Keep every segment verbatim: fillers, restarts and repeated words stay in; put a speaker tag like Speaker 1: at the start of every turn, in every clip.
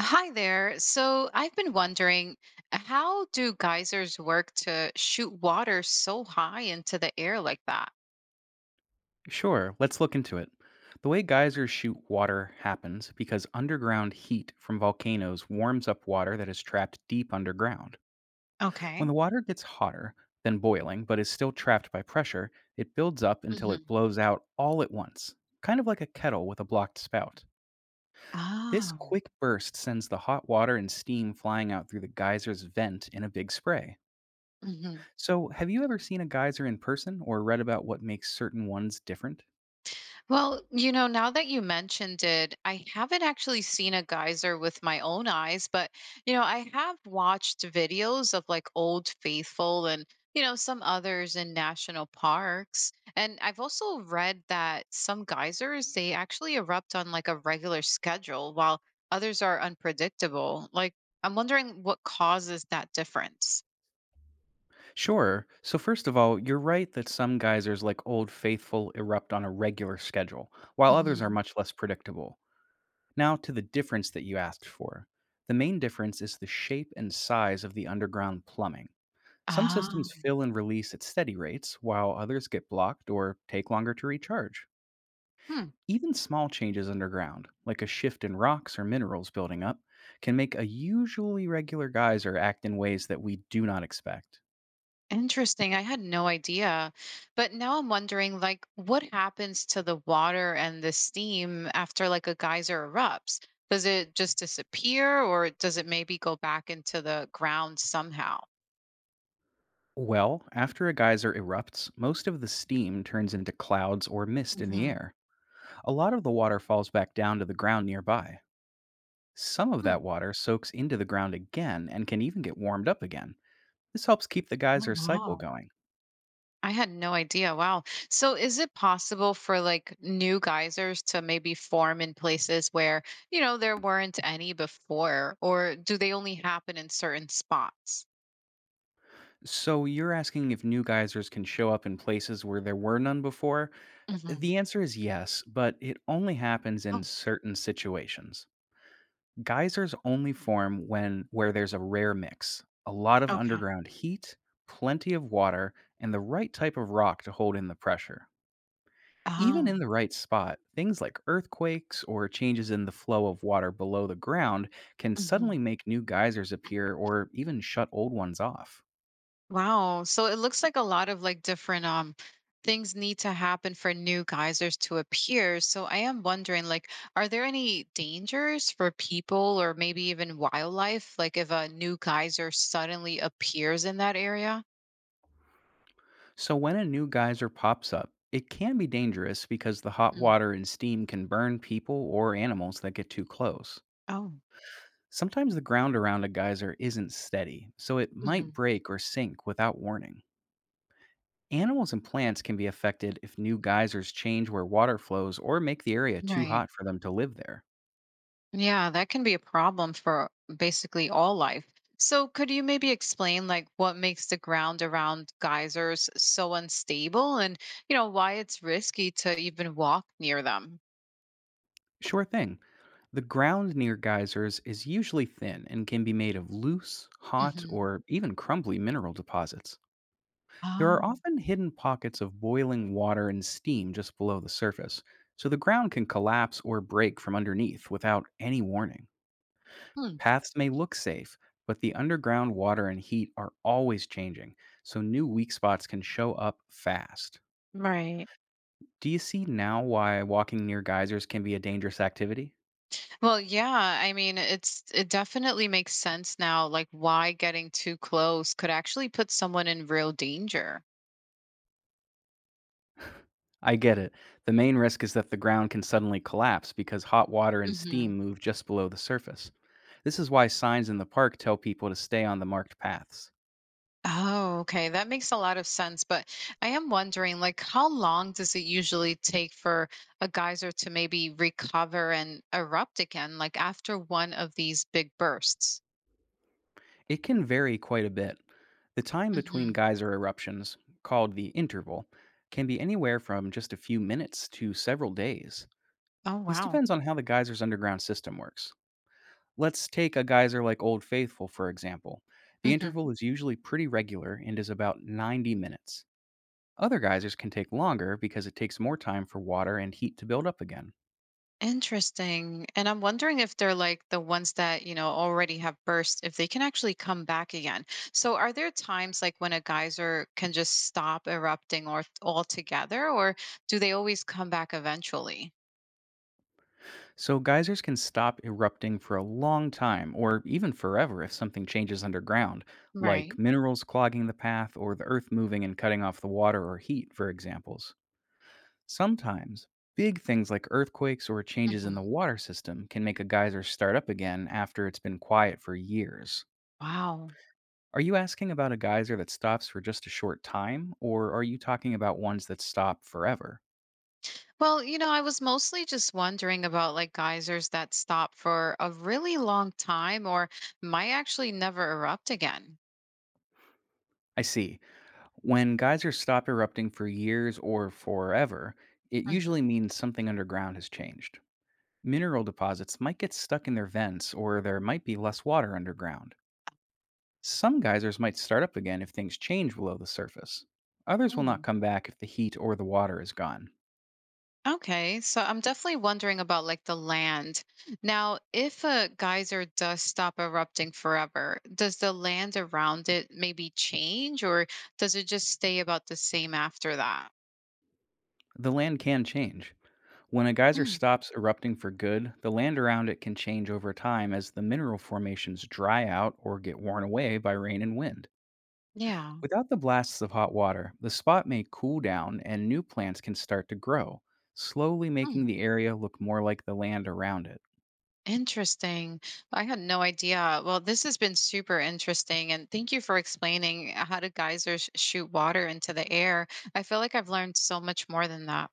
Speaker 1: Hi there. So I've been wondering, how do geysers work to shoot water so high into the air like that?
Speaker 2: Sure, let's look into it. The way geysers shoot water happens because underground heat from volcanoes warms up water that is trapped deep underground. When
Speaker 1: Okay.
Speaker 2: the water gets hotter than boiling but is still trapped by pressure, it builds up until
Speaker 1: Hmm.
Speaker 2: it blows out all at once, kind of like a kettle with a blocked spout. This
Speaker 1: Oh.
Speaker 2: quick burst sends the hot water and steam flying out through the geyser's vent in a big spray. So, have you ever seen a geyser in person or read about what makes certain ones different?
Speaker 1: Well, you know, now that you mentioned it, I haven't actually seen a geyser with my own eyes, but, you know, I have watched videos of like Old Faithful and, you know, some others in national parks. And I've also read that some geysers, they actually erupt on like a regular schedule while others are unpredictable. Like, I'm wondering what causes that difference.
Speaker 2: Sure. So, first of all, you're right that some geysers, like Old Faithful, erupt on a regular schedule, while others are
Speaker 1: Mhm.
Speaker 2: much less predictable. Now, to the difference that you asked for. The main difference is the shape and size of the underground plumbing. Some
Speaker 1: Ah.
Speaker 2: systems fill and release at steady rates, while others get blocked or take longer to recharge.
Speaker 1: Hmm.
Speaker 2: Even small changes underground, like a shift in rocks or minerals building up, can make a usually regular geyser act in ways that we do not expect.
Speaker 1: Interesting. I had no idea. But now I'm wondering like what happens to the water and the steam after like a geyser erupts? Does it just disappear or does it maybe go back into the ground somehow?
Speaker 2: Well, after a geyser erupts, most of the steam turns into clouds or mist in the
Speaker 1: Hmm.
Speaker 2: air. A lot of the water falls back down to the ground nearby. Some of that water soaks into the ground again and can even get warmed up again. This helps keep the
Speaker 1: Oh,
Speaker 2: geyser cycle
Speaker 1: wow.
Speaker 2: going.
Speaker 1: I had no idea. Wow. So is it possible for like new geysers to maybe form in places where, you know, there weren't any before or do they only happen in certain spots?
Speaker 2: So you're asking if new geysers can show up in places where there were none before?
Speaker 1: Hmm.
Speaker 2: The answer is yes, but it only happens in
Speaker 1: Oh,
Speaker 2: certain situations. Geysers only form when where there's a rare mix, a lot of
Speaker 1: okay.
Speaker 2: underground heat, plenty of water, and the right type of rock to hold in the pressure. Even
Speaker 1: Oh.
Speaker 2: in the right spot, things like earthquakes or changes in the flow of water below the ground can suddenly
Speaker 1: Mhm.
Speaker 2: make new geysers appear or even shut old ones off.
Speaker 1: Wow. So it looks like a lot of like different um things need to happen for new geysers to appear. So I am wondering like are there any dangers for people or maybe even wildlife like if a new geyser suddenly appears in that area?
Speaker 2: So, when a new geyser pops up, it can be dangerous because the hot
Speaker 1: Mhm.
Speaker 2: water and steam can burn people or animals that get too close.
Speaker 1: Oh.
Speaker 2: Sometimes the ground around a geyser isn't steady, so it
Speaker 1: Mhm.
Speaker 2: might break or sink without warning. Animals and plants can be affected if new geysers change where water flows or make the area too
Speaker 1: Right.
Speaker 2: hot for them to live there.
Speaker 1: Yeah, that can be a problem for basically all life. So, could you maybe explain like what makes the ground around geysers so unstable and, you know, why it's risky to even walk near them?
Speaker 2: Sure thing. The ground near geysers is usually thin and can be made of loose, hot,
Speaker 1: Hmm.
Speaker 2: or even crumbly mineral deposits. There
Speaker 1: Oh,
Speaker 2: are often hidden pockets of boiling water and steam just below the surface, so the ground can collapse or break from underneath without any warning.
Speaker 1: hmm.
Speaker 2: Paths may look safe, but the underground water and heat are always changing, so new weak spots can show up fast.
Speaker 1: Right.
Speaker 2: Do you see now why walking near geysers can be a dangerous activity?
Speaker 1: Well, yeah, I mean, it's it definitely makes sense now like why getting too close could actually put someone in real danger.
Speaker 2: I get it. The main risk is that the ground can suddenly collapse because hot water and steam move just below the surface. This is why signs in the park tell people to stay on the marked paths.
Speaker 1: Oh, okay. That makes a lot of sense. But I am wondering, like, how long does it usually take for a geyser to maybe recover and erupt again, like after one of these big bursts?
Speaker 2: It can vary quite a bit. The time between
Speaker 1: Hmm.
Speaker 2: geyser eruptions, called the interval, can be anywhere from just a few minutes to several days.
Speaker 1: Oh,
Speaker 2: This
Speaker 1: wow.
Speaker 2: depends on how the geyser's underground system works. Let's take a geyser like Old Faithful, for example. The
Speaker 1: Hmm.
Speaker 2: interval is usually pretty regular and is about ninety minutes. Other geysers can take longer because it takes more time for water and heat to build up again.
Speaker 1: Interesting. And I'm wondering if they're like the ones that, you know, already have burst, if they can actually come back again. So are there times like when a geyser can just stop erupting or altogether, or do they always come back eventually?
Speaker 2: So, geysers can stop erupting for a long time or even forever if something changes underground, like
Speaker 1: Right.
Speaker 2: minerals clogging the path or the earth moving and cutting off the water or heat, for examples. Sometimes, big things like earthquakes or changes in the water system can make a geyser start up again after it's been quiet for years.
Speaker 1: Wow.
Speaker 2: Are you asking about a geyser that stops for just a short time, or are you talking about ones that stop forever?
Speaker 1: Well, you know, I was mostly just wondering about like geysers that stop for a really long time or might actually never erupt again.
Speaker 2: I see. When geysers stop erupting for years or forever, it
Speaker 1: Mhm.
Speaker 2: usually means something underground has changed. Mineral deposits might get stuck in their vents, or there might be less water underground. Some geysers might start up again if things change below the surface. Others will not
Speaker 1: Mm.
Speaker 2: come back if the heat or the water is gone.
Speaker 1: Okay, so I'm definitely wondering about like the land. Now, if a geyser does stop erupting forever, does the land around it maybe change or does it just stay about the same after that?
Speaker 2: The land can change. When a geyser
Speaker 1: Mm.
Speaker 2: stops erupting for good, the land around it can change over time as the mineral formations dry out or get worn away by rain and wind.
Speaker 1: Yeah.
Speaker 2: Without the blasts of hot water, the spot may cool down and new plants can start to grow, slowly making the area look more like the land around it.
Speaker 1: Interesting. I had no idea. Well, this has been super interesting. And thank you for explaining uh, how do geysers shoot water into the air. I feel like I've learned so much more than that.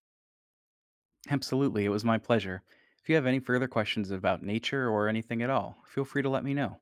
Speaker 2: Absolutely, it was my pleasure. If you have any further questions about nature or anything at all, feel free to let me know.